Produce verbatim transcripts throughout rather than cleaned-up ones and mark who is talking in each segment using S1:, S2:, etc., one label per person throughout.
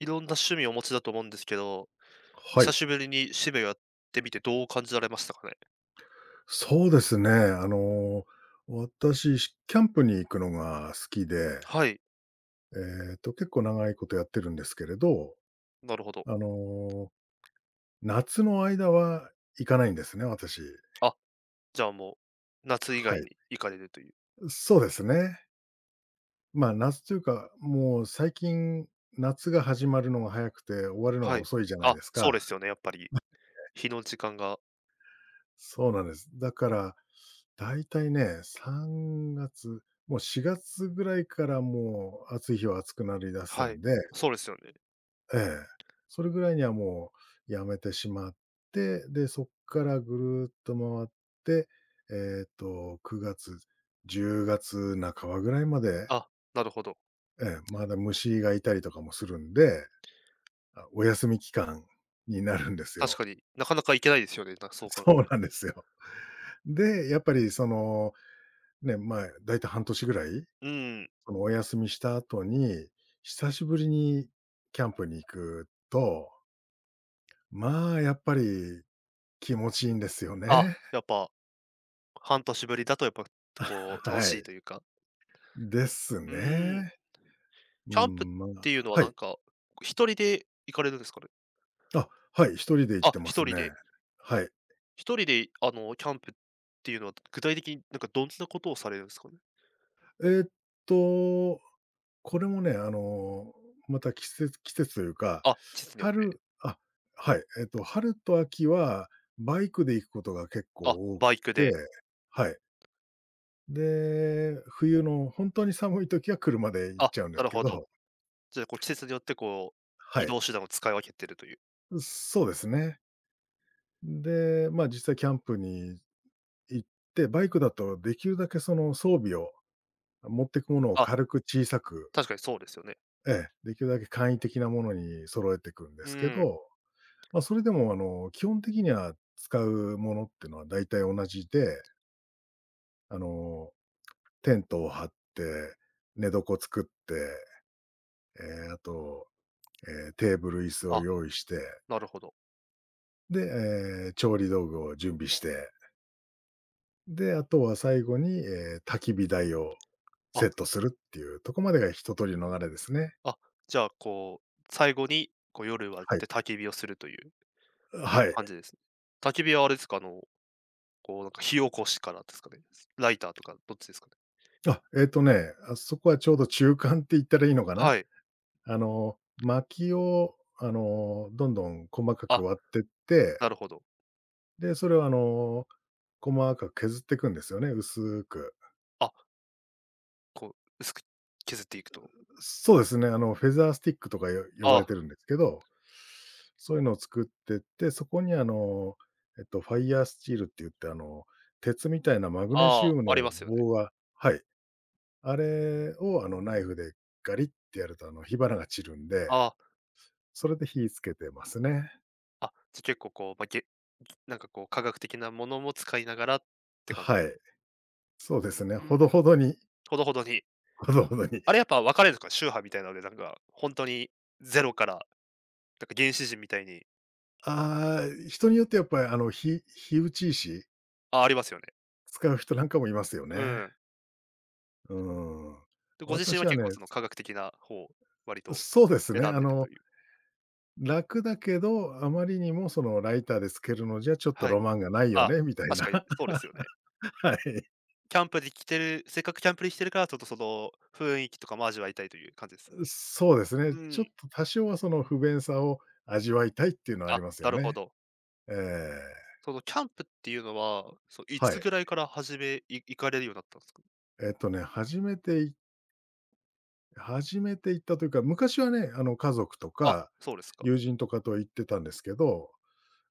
S1: いろんな趣味をお持ちだと思うんですけど、
S2: は
S1: 久
S2: い。
S1: しぶりに趣味をやってみてどう感じられましたかね？
S2: そうですね。あの、私、キャンプに行くのが好きで、
S1: はい、
S2: えっと、結構長いことやってるんですけれど、
S1: なるほど。
S2: あの、夏の間は行かないんですね、私。
S1: あ、じゃあもう、夏以
S2: は
S1: 外
S2: い。
S1: に行かれるという。
S2: そうですね。まあ、夏というか、もう最近、夏が始まるのが早くて、終わるのが
S1: はい。
S2: 遅いじゃない
S1: あ、
S2: です
S1: そう
S2: か。
S1: ですよね、やっぱり。日の時間が。
S2: そうなんです。だから、だいたいね、さんがつ、もうしがつぐらいからもう暑い日は暑くなりだす
S1: はい、
S2: んで、
S1: そうですよね。
S2: ええ。それぐらいにはもうやめてしまって、で、そっからぐるーっと回って、えっと、くがつ、じゅうがつなかばぐらいまで、
S1: あ、なるほど。
S2: ええ、まだ虫がいたりとかもするんで、あ、お休み期間になるんです
S1: 確か
S2: よ。
S1: に、なかなか行けないですよね、なそ う考え
S2: そ
S1: た
S2: う
S1: ら。
S2: なんですよ。で、やっぱりその、ね、まあ、だいたい半年ぐらい、
S1: うん。
S2: そのお休みした後に、久しぶりにキャンプに行くと、まあ、やっぱり気持ちいいんですよ
S1: あ、
S2: ね。
S1: やっぱ、半年ぶりだとやっぱ、こう、楽
S2: は
S1: しいとい
S2: い。
S1: うか。
S2: です
S1: うーん。
S2: ね。う
S1: キャンプっ
S2: ん、ま
S1: て
S2: あ、
S1: いうのは
S2: は
S1: なん
S2: い。
S1: か、一人で行かれるんですかね？
S2: あ、はい、一人で行っ
S1: あ、
S2: てま
S1: 一
S2: す
S1: 人で。
S2: ね。はい。
S1: 一人で、あの、キャンプっていうのは、具体的になんかどんなことをされるんですかね？
S2: えーっと、これもね、あの、また季節季節というか、
S1: あ、季節によって。
S2: 春あ、はい、えーっと、春と秋はバイクで行くことが結
S1: あ、
S2: 構多
S1: バ
S2: く
S1: イク
S2: て、
S1: で。
S2: はい。で、冬の本当に寒い時は車で行っ
S1: あ、
S2: ちゃうんで
S1: な
S2: す
S1: る
S2: け
S1: ほど。
S2: ど、
S1: じゃあ、こう、季節によってこう、
S2: は
S1: 移
S2: い。
S1: 動手段を使い分けてるという。
S2: そうですね。で、まあ、実際キャンプに行って、バイクだとできるだけその装備を、持ってくものを
S1: あ、
S2: 軽く小さく、
S1: 確かにそうですよね。
S2: ええ、できるだけ簡易的なものに揃えていくんで
S1: う
S2: すけ
S1: ん。
S2: ど、まあ、それでもあの、基本的には使うものっていうのは大体同じで、あの、テントを張って、寝床作って、えーあと、えーテーブル、椅子を
S1: あ、
S2: 用意して、
S1: なるほど。
S2: で、えー調理道具を準備して、で、あとは最後に、えー焚き火台を
S1: あ、
S2: セットするっていうとこまでが一通りの流れですね。
S1: あ、じゃあ、こう、最後に、こう、夜は
S2: はい。
S1: 絶対焚き火をするという
S2: はい。
S1: 感じですね。焚き火はあれですか、あの、こう、なんか火起こしからですかね？ライターとかどっちですかね？
S2: あ、えっとね、あそこはちょうど中間って言ったらいいのかな。
S1: はい。
S2: あの、薪を、あの、どんどん細かく
S1: あ、
S2: 割ってって、
S1: なるほど。
S2: で、それをあの、細かく削っていくんですよね、薄く。
S1: あ、こう、薄く削っていくと。
S2: そうですね、あの、フェザースティックとかよ呼
S1: あ
S2: ばれて
S1: あ。
S2: るんですけど、そういうのを作ってって、そこにあの、えっと、ファイヤースチールって言って、あの、鉄みたいなマグネ
S1: あ
S2: シウム
S1: あ、
S2: の
S1: ありますよね。
S2: 棒が、はい、あれをあの、ナイフでガリってやると、あの、火花が散るんで、
S1: あ
S2: それで火つけてますね。
S1: あ、あ、じゃ結構こう、まあ、げなんかこう科学的なものも使いながらって感
S2: は
S1: じ。
S2: い、そうですね、
S1: う
S2: ほ
S1: ん、
S2: どほどに。
S1: ほどほどに。
S2: ほどほどに。
S1: あれやっぱ分かれるんですか？宗派みたいなので、なんか、本当にゼロからなんか原始人みたいに。
S2: ああ、人によってやっぱりあの、火火打ち石
S1: あ、ありますよね。
S2: 使う人なんかもいますよ
S1: う
S2: ね。
S1: ん。
S2: うん。
S1: で、ご自身
S2: 私
S1: は
S2: は
S1: 結
S2: ね、
S1: 構その科学的な方を割と
S2: そうですね。
S1: 選ん
S2: あ
S1: でると
S2: の、
S1: いう。
S2: 楽だけど、あまりにもそのライターでつけるのじゃちょっと
S1: はい。
S2: ロマンがないよ
S1: あ、
S2: ねみたい
S1: 確
S2: な。
S1: かに そうですよね。
S2: はい。
S1: キャンプで来てる、せっかくキャンプで来てるから、ちょっとその雰囲気とかも味わいたいという感じです。
S2: そうです
S1: う
S2: ね。ちょ
S1: ん。
S2: っと多少はその不便さを味わいたいっていうのはあり
S1: あ、
S2: ます
S1: な
S2: よ
S1: るほ
S2: ね。
S1: ど。
S2: ええ。
S1: そのキャンプっていうのは、そう、い
S2: は
S1: つ
S2: い。
S1: ぐらいから始めい行かれるようになったんですか？
S2: えっとね、初めてい初めて行ったというか、昔はね、あの、家族と
S1: あ、
S2: か
S1: そうですか。
S2: 友人とかと行ってたんですけど、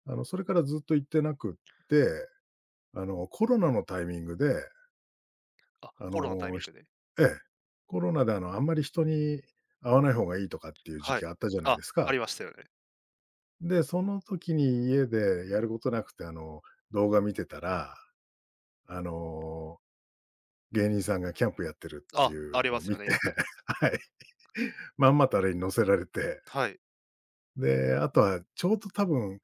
S2: あの、それからずっと行ってなくって、あの、コロナのタイミングで、
S1: あ、
S2: あ
S1: コロナのタイ
S2: の、
S1: ミン
S2: ひ
S1: グで。
S2: ええ、コロナであの、あんまり人に会わない方がいいとかっていう時
S1: はい。
S2: 期あったじゃない
S1: あ、
S2: です
S1: あ
S2: か。
S1: りましたよね。
S2: で、その時に家でやることなくて、あの、動画見てたら、あの、芸人さんがキャンプやってるってい
S1: あ、
S2: う
S1: あり
S2: の
S1: ま
S2: を
S1: す
S2: 見
S1: よ
S2: て、
S1: ね、よく。
S2: はい。まんまとあれに乗せられて、
S1: はい。
S2: で、あとはちょうど多分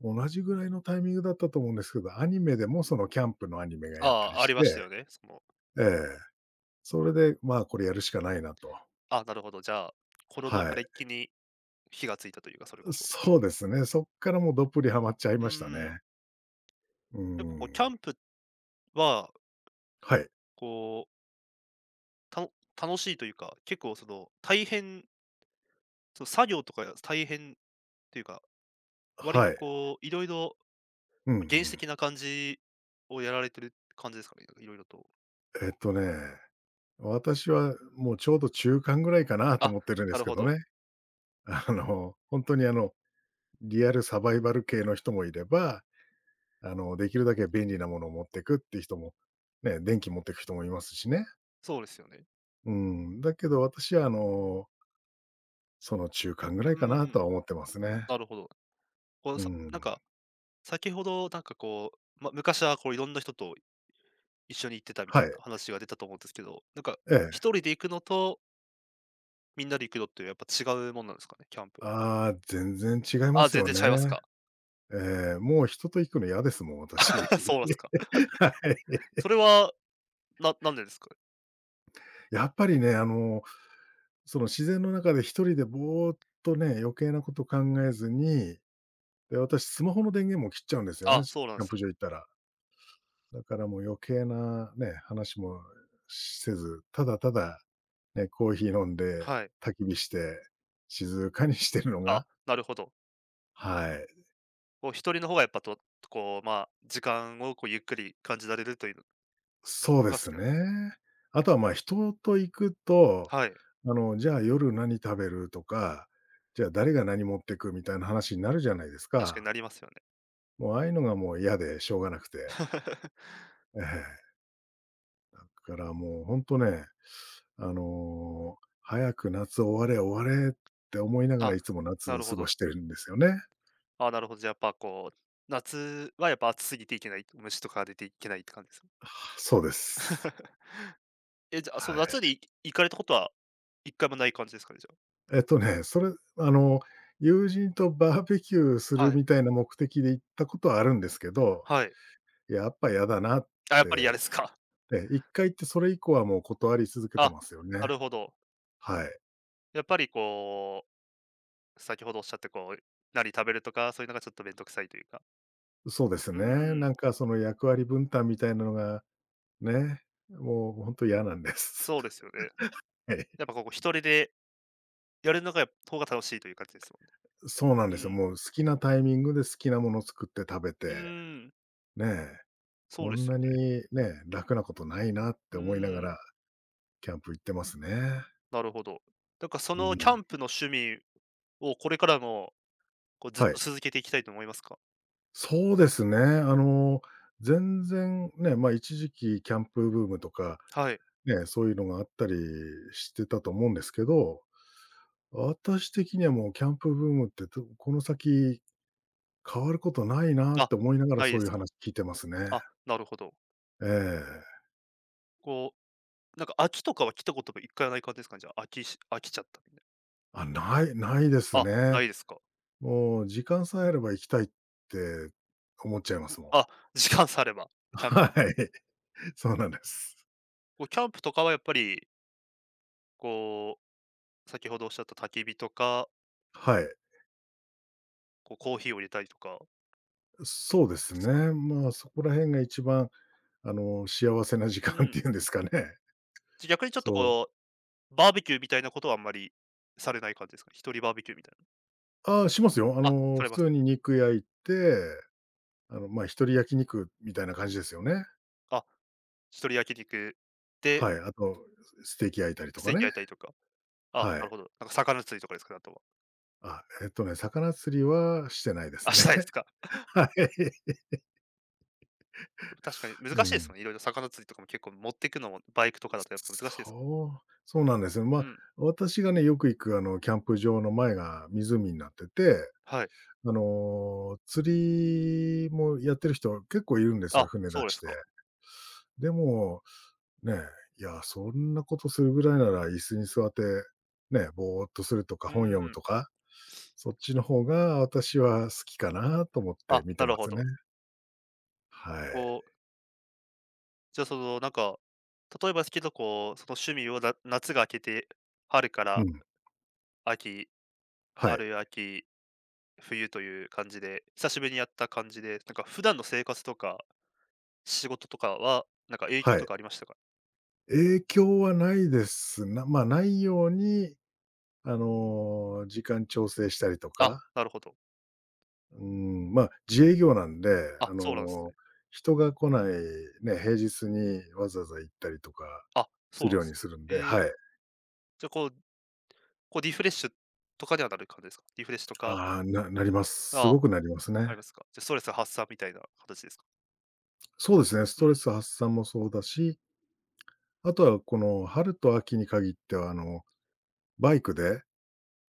S2: 同じぐらいのタイミングだったと思うんですけど、アニメでもそのキャンプのアニメがやった
S1: あ
S2: り
S1: あ、あ
S2: し
S1: りました
S2: て、
S1: よね。その、
S2: ええ、それで、まあ、これやるしかないなと、
S1: あ、なるほど、じゃあ、コロナ
S2: は
S1: 禍ら
S2: い。
S1: 一気に火がついたというか、それこそ。
S2: そうですね。そっからもうどっぷりハマっちゃい
S1: う
S2: ました
S1: ーん。
S2: ね。う
S1: やっぱこうキ
S2: ん。
S1: ャンプは、
S2: はい。
S1: こう、たの楽しいというか、結構その、大変、その作業とか大変っていうか、割
S2: は
S1: と
S2: い。
S1: こう、いろいろ
S2: うんう
S1: 原始
S2: ん。
S1: 的な感じをやられてる感じですかね？いろいろと。
S2: えっとね、私はもうちょうど中間ぐらいかなと
S1: あ、
S2: 思ってるんで
S1: な
S2: す
S1: る
S2: け
S1: ほ
S2: ど
S1: ど。
S2: ね。あの、本当にあの、リアルサバイバル系の人もいれば、あの、できるだけ便利なものを持ってくっていう人も、ね、電気持ってく人もいますしね。
S1: そうですよね。
S2: うん。だけど私はあの、その中間ぐ
S1: う
S2: らいかな
S1: ーん、
S2: とは思ってますね。
S1: なるほど。こう
S2: う
S1: さ
S2: ん。
S1: なんか、先ほどなんかこう、ま、昔はこういろんな人と一緒に行ってたみた
S2: は
S1: い
S2: い。
S1: な話が出たと思うんですけど、なんか
S2: ええ。
S1: ひとりで行くのと、みんなで行くのってやっぱ違うもんなんですかね？キャンプ。
S2: ああ、全然違いま
S1: あ、
S2: す
S1: 全
S2: よ
S1: 然
S2: ね。
S1: 違いますか。
S2: ええ、もう人と行くの嫌ですもん、私。
S1: そうなんすか。
S2: はい。
S1: それは、ななんでですか？
S2: やっぱりね、あの、その自然の中で一人でぼーっとね、余計なこと考えずに、で、私スマホの電源も切っちゃうんですよ
S1: あ、
S2: ね、し
S1: そうなん
S2: キャ
S1: で
S2: ン
S1: す
S2: プ
S1: ね。
S2: 場行ったら。だからもう余計なね、話もせず、ただただ、ね、コーヒー飲んで、
S1: はい。
S2: 焚き火して、静かにしてるの
S1: あ、
S2: が。
S1: なるほど。
S2: はい。
S1: こうひとりの方がやっぱと、こう、まあ、時間をこうゆっくり感じられるというの
S2: そうで
S1: が好
S2: す
S1: きなんです。
S2: ね。あとは、ま、人と行くと、
S1: はい、
S2: あの、じゃあ夜何食べるとか、じゃあ誰が何持ってくみたいな話になるじゃないです
S1: 確かにな
S2: か。
S1: りますよね。
S2: もうああいうのがもう嫌でしょうがなくて。ええ。だからもうほんとね、あの、早く夏終われ終われって思いながら
S1: あ、
S2: いつも
S1: な
S2: 夏
S1: る
S2: 過
S1: ほ
S2: ご
S1: ど。
S2: してるんですよね。
S1: あ、なるほど、じゃ、あ、やっぱこう、夏はやっぱ暑すぎていけない、虫とか出ていけないって感じですか？
S2: あ、そうです。
S1: え、じゃあ、そ
S2: は
S1: の
S2: い。
S1: 夏にい行かれたことは一回もない感じですかね、じゃあ。
S2: えっとね、それ、あの、友人とバーベキューする
S1: はい、
S2: みたいな目的で行ったことはあるんですけど、
S1: はい。
S2: やっぱ嫌だなっ
S1: あ、やっぱり嫌
S2: て、
S1: ですか。
S2: え一いっかい行ってそれ以降はもう断り続 けて
S1: あ、
S2: ますよ
S1: な
S2: ね。
S1: るほど。
S2: はい。
S1: やっぱりこう、先ほどおっしゃってこう、何食べるとか、そういうのがちょっとめんどくさいというか。
S2: そうです
S1: う
S2: ね。
S1: んん、
S2: なんかその役割分担みたいなのが、ね、もう本当嫌なんです。
S1: そうです よね。
S2: はい。
S1: やっぱ、ここ一人でやるのが方が楽しいという感じですもんね。
S2: そうなんです
S1: う
S2: よ。
S1: ん、
S2: もう好きなタイミングで好きなものを作って食べ
S1: う
S2: て、
S1: ーん、
S2: ねえ、
S1: そう
S2: こ
S1: で
S2: ん
S1: すよ
S2: な
S1: ね。
S2: にね、楽なことないなっ
S1: う
S2: て思いな
S1: ー
S2: が
S1: ん。
S2: らキャンプ行ってますね。
S1: なるほど。なんかそ
S2: う
S1: のキャ
S2: ん。
S1: ンプの趣味をこれからも、こうずっ
S2: は
S1: と
S2: い。
S1: 続けていきたいと思いますか？
S2: そうですね。あの、全然ね、ま、一時期キャンプブームとか
S1: はい。
S2: ね、そういうのがあったりしてたと思うんですけど、私的にはもうキャンプブームってとこの先変わることないなっ
S1: あ、
S2: て思いながら
S1: ないで
S2: そういう
S1: すか。
S2: 話聞いてますね。
S1: あ、なるほど。
S2: ええ。
S1: こう、なんか飽きとかは来たことも一回はない感じですかね、じゃあ、飽きし飽きちゃったみたいな。
S2: あ、ないない、です
S1: あ、
S2: ね。
S1: ないですか。
S2: もう時間さえあれば行きたいって思っちゃいますも
S1: あ、
S2: ん。
S1: 時間さえあれば、キャンプ
S2: はい、そうなんです。
S1: こうキャンプとかはやっぱり、こう、先ほどおっしゃった焚き火とか、
S2: はい、
S1: こうコーヒーを入れたりとか
S2: そうです
S1: ですかね。
S2: ね。まあ、そこら辺が一番あの、幸せな時
S1: う
S2: 間っ
S1: ん。
S2: ていうんですかね。
S1: じゃ、逆にちょっと
S2: そう。
S1: こう、バーベキューみたいなことはあんまりされない感じですかね？一人バーベキューみたいな。
S2: ああ、しますよ。あ
S1: あ、
S2: の、
S1: され
S2: 普
S1: ます。
S2: 通に肉焼いて、あの、まあ、一人焼肉みたいな感じですよね。
S1: あ、一人焼肉で、
S2: はい。あと、ステーキ焼いたりと
S1: ステ
S2: か
S1: ー
S2: ね。
S1: キ焼いたりとか。あ、
S2: は
S1: なる
S2: い。
S1: ほど。なんか魚釣りとかですかね、あとは。
S2: あ、えっとね、魚釣りはしてないです
S1: あ、し
S2: ね。
S1: たいですか。
S2: はい。
S1: 確かに
S2: う
S1: 難しいです
S2: ん。
S1: よね。色々魚釣りとかも結構持っていくのも、バイクとかだとやっぱ難しいです
S2: そう、そうなんですよ。ま
S1: も
S2: あ、
S1: ん。うん。
S2: 私がね、よく行くあの、キャンプ場の前が湖になってて、
S1: はい。
S2: あの、釣りもやってる人結構いるんですよ、
S1: あ、
S2: 船出
S1: そうで
S2: し
S1: す
S2: て。
S1: か。
S2: でも、ね、いや、そんなことするぐらいなら椅子に座って、ね、ぼーっとするとか、
S1: う
S2: 本読
S1: ー
S2: む
S1: ん。
S2: とか、そっちの方が私は好きかなと思って
S1: あ、
S2: 見
S1: な
S2: て
S1: る
S2: ま
S1: ほ
S2: すね。
S1: ど。
S2: はい。
S1: こう、じゃあそのなんか、例えばですけど、こう、その趣味をな夏が明けて、春か
S2: う
S1: ら
S2: ん。
S1: 秋、
S2: はい。
S1: 春、秋、冬という感じで、久しぶりにやった感じで、なんか普段の生活とか、仕事とかは、なんか影響
S2: は
S1: と
S2: い。
S1: かありましたか？
S2: 影響はないです、な、まあ、ないように、あの、時間調整したりと
S1: あ、
S2: か、
S1: なるほど。
S2: うん、まあ、自営業なんで、
S1: あ、
S2: あ
S1: そうなんです
S2: の、
S1: ね。
S2: 人が来ないね、平日にわざわざ行ったりとか
S1: あ、そ
S2: す
S1: うな
S2: る
S1: ん
S2: よ
S1: で
S2: う
S1: す
S2: に
S1: ね。
S2: するんで、
S1: ええ、
S2: はい。
S1: じゃ、こうこうリフレッシュとかにはなる感じですか？リフレッシュとか。
S2: ああ、ななります。す
S1: ああ、
S2: ごくなります
S1: あり
S2: ね。
S1: ますか。じゃ、ストレス発散みたいな形ですか？
S2: そうですね、ス
S1: う
S2: ト
S1: ん、
S2: レス発散もそうだし、あとはこの春と秋に限っては、あのバイクで、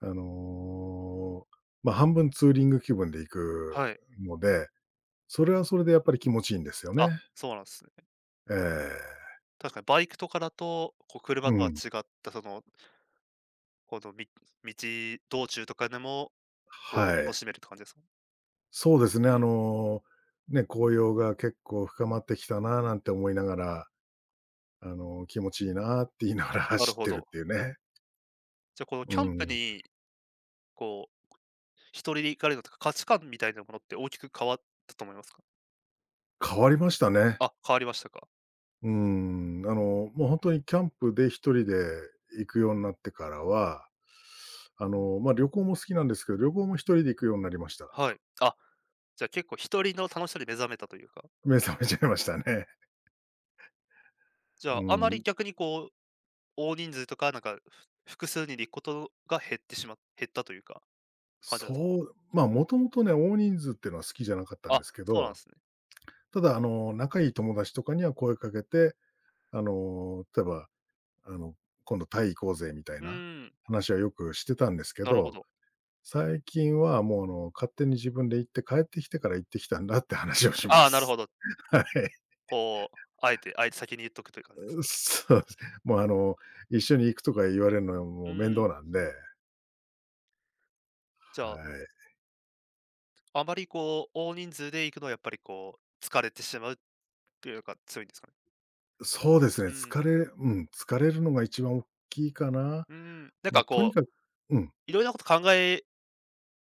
S2: あの、まあ、半分ツーリング気分で行く
S1: はい。
S2: ので、それはそれでやっぱり気持ちいいんですよ
S1: あ、
S2: ね。
S1: そうなんですね。
S2: ええ。
S1: 確かにバイクとかだと、こう
S2: う
S1: 車とは
S2: ん。
S1: 違った、その、このみ道道中とかでも、こ
S2: は
S1: う
S2: い。
S1: 楽しめるって感じですか？
S2: そうです
S1: う
S2: ね、あ
S1: ん、
S2: の、ね、紅葉が結構深まってきたなぁなんて思いながら、あの、気持ちいいなぁって言いながら
S1: なる
S2: 走っ
S1: ほ
S2: てる
S1: ど。
S2: っていうね。
S1: じゃ、この
S2: う
S1: キャンプ
S2: ん。
S1: に、こう一人で行かれるのとか、価値観みたいなものって大きく変わったと思いますか？
S2: 変わりましたね。
S1: あ、変わりましたか。
S2: うん、あの、もう本当にキャンプで一人で行くようになってからは、あの、まあ、旅行も好きなんですけど、旅行も一人で行くようになりました。
S1: はい。あ、じゃ、結構一人の楽しさに目覚めたというか。
S2: 目覚めちゃいましたね。
S1: じ ゃ
S2: う
S1: あ、あまり
S2: ん、
S1: 逆にこう、大人数とか、なんか、ふ複数人で行くことが減ってしま減ったというか、感じなんですか？
S2: そう、まあ、もともとね、大人数っていうのは好きじゃなかったん
S1: あ、
S2: ですけ
S1: そうなんで
S2: ど、
S1: すね。
S2: ただ、あの、仲いい友達とかには声かけて、あの、例えば、あの、今度タイ行こうぜみたい
S1: う
S2: な
S1: ーん、
S2: 話はよくしてたんですけ
S1: なるほ
S2: ど、
S1: ど。
S2: 最近はもう、あの、勝手に自分で行って帰ってきてから行ってきたんだって話をしま
S1: ああ、なるほ
S2: す。
S1: ど。
S2: はい。
S1: こう、あえてあえて先に言っとくという感じです。
S2: そうです。もうあの、一緒に行くとか言われるのは
S1: う
S2: もう面
S1: ーん、
S2: 倒なんで、
S1: じ
S2: は
S1: ゃあ、
S2: い。
S1: あまりこう、大人数で行くのはやっぱりこう、疲れてしまうっていうのが強いんですかね？
S2: そうですね、
S1: うん、
S2: 疲れうん、疲れるのが一番大きいかな。
S1: うーん、なん
S2: ま、
S1: か
S2: とに
S1: こ
S2: か
S1: う、
S2: く、うん、
S1: いろいろなこと考え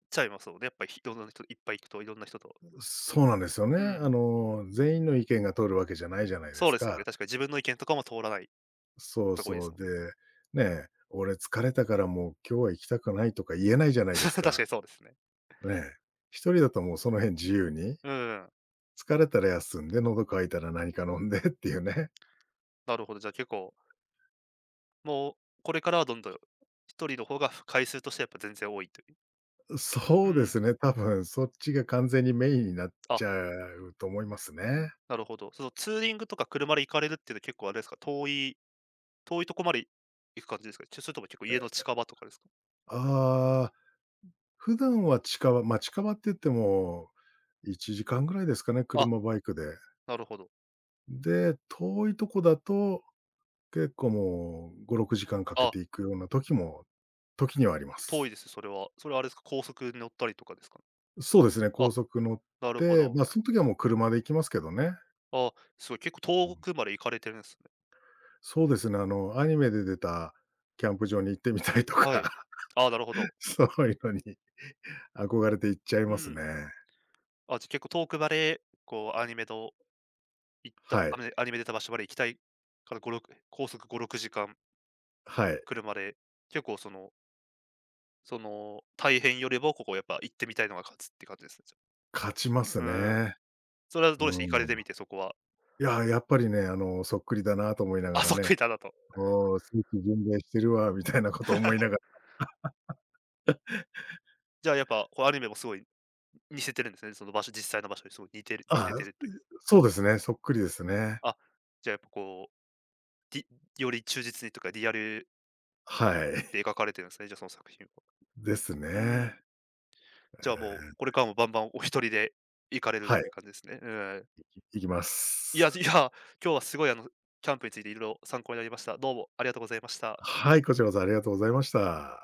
S1: ちゃいますもんね、やっぱりひいろんな人いっぱい行くといろんな人と。
S2: そうなんですよね。
S1: うん、
S2: あの、全員の意見が通るわけじゃないじゃないで
S1: そう
S2: す
S1: ですよね、
S2: か。
S1: 確かに自分の意見とかも通らない
S2: そう
S1: とこ多いで
S2: そ
S1: す
S2: う。
S1: もん。
S2: で、ね、俺疲れたからもう今日は行きたくないとか言えないじゃ ないです
S1: 確か
S2: か。
S1: にそうですね。
S2: ねえ。一人だともうその辺自由に、
S1: うん。
S2: 疲れたら休んで、喉渇いたら何か飲んでっていうね。
S1: なるほど、じゃあ結構、もうこれからはどんどん一人の方が回数としてはやっぱ全然多いという。う
S2: そうで
S1: ん。
S2: すね、多分そっちが完全にメインになっ
S1: あ、
S2: ちゃうと思いますね。
S1: なるほど。そのツーリングとか車で行かれるっていうのは結構あれですか、遠い遠いとこまで行く感じですか？ちょそれとも結構家の近場とかですか？
S2: ああ、普段は近場、ま、近場って言ってもいちじかんぐらいですかね、
S1: あ、
S2: 車、バイクで。
S1: なるほど。
S2: で、遠いとこだと、結構もうご、ろくじかんかんかけ
S1: あ、
S2: ていくような時も時にはありま
S1: 遠い
S2: す。
S1: です、それは。それはあれですか、高速に乗ったりとかですかね？
S2: そうですね、高
S1: あ、
S2: 速乗っ
S1: なるほ
S2: て、
S1: ど。
S2: まあ、その時はもう車で行きますけどね。
S1: あ、すごい結構
S2: う
S1: 遠
S2: ん。
S1: くまで行かれてるんですね。
S2: そうですね、あの、アニメで出たキャンプ場に行ってみたいと
S1: はい。
S2: か、
S1: あ、なるほど。
S2: そういうのに憧れて行っちゃい
S1: う
S2: ます
S1: ん。
S2: ね。
S1: あ、じゃあ結構遠くまで、こうアニメの行った、
S2: は
S1: ア
S2: い。
S1: メアニメでた場所まで行きたいからご、ろく、高速ご、ろくじかん
S2: はい。
S1: 車で、結構そのその大変よりも、ここやっぱ行ってみたいのが勝つって感じですね、じゃ
S2: 勝ちます
S1: あ。うん。
S2: ね。
S1: それはどうでした？行かれ
S2: う
S1: てみ
S2: ん。
S1: て、そこは。
S2: いや、やっぱりね、あの、そっくりだなと思い なが
S1: あ、そ
S2: ら
S1: っくり
S2: ね、
S1: だなと。
S2: おお、聖地巡礼してるわみたいなこと思いながら、
S1: じゃあやっぱ、こうアニメもすごい似せてるんですね。その場所、実際の場所にすごい似てる似
S2: あ
S1: せて
S2: あ、
S1: るという。
S2: そうですね、そっくりですね。
S1: あ、じゃあやっぱこう、リより忠実にとかリアル
S2: はい。
S1: で描かれてるんですね、じゃあその作品は。
S2: です
S1: う
S2: ね。
S1: ん。
S2: え
S1: じゃあもう、これ
S2: ー
S1: からもバンバンお一人で行かれるっ
S2: は
S1: て
S2: い、
S1: いう感じですね。うん。
S2: 行きま
S1: いや、い
S2: す。
S1: や、今日はすごいあの、キャンプについていろいろ参考になりました。どうもありがとうございました。
S2: はい、こちらこそありがとうございました。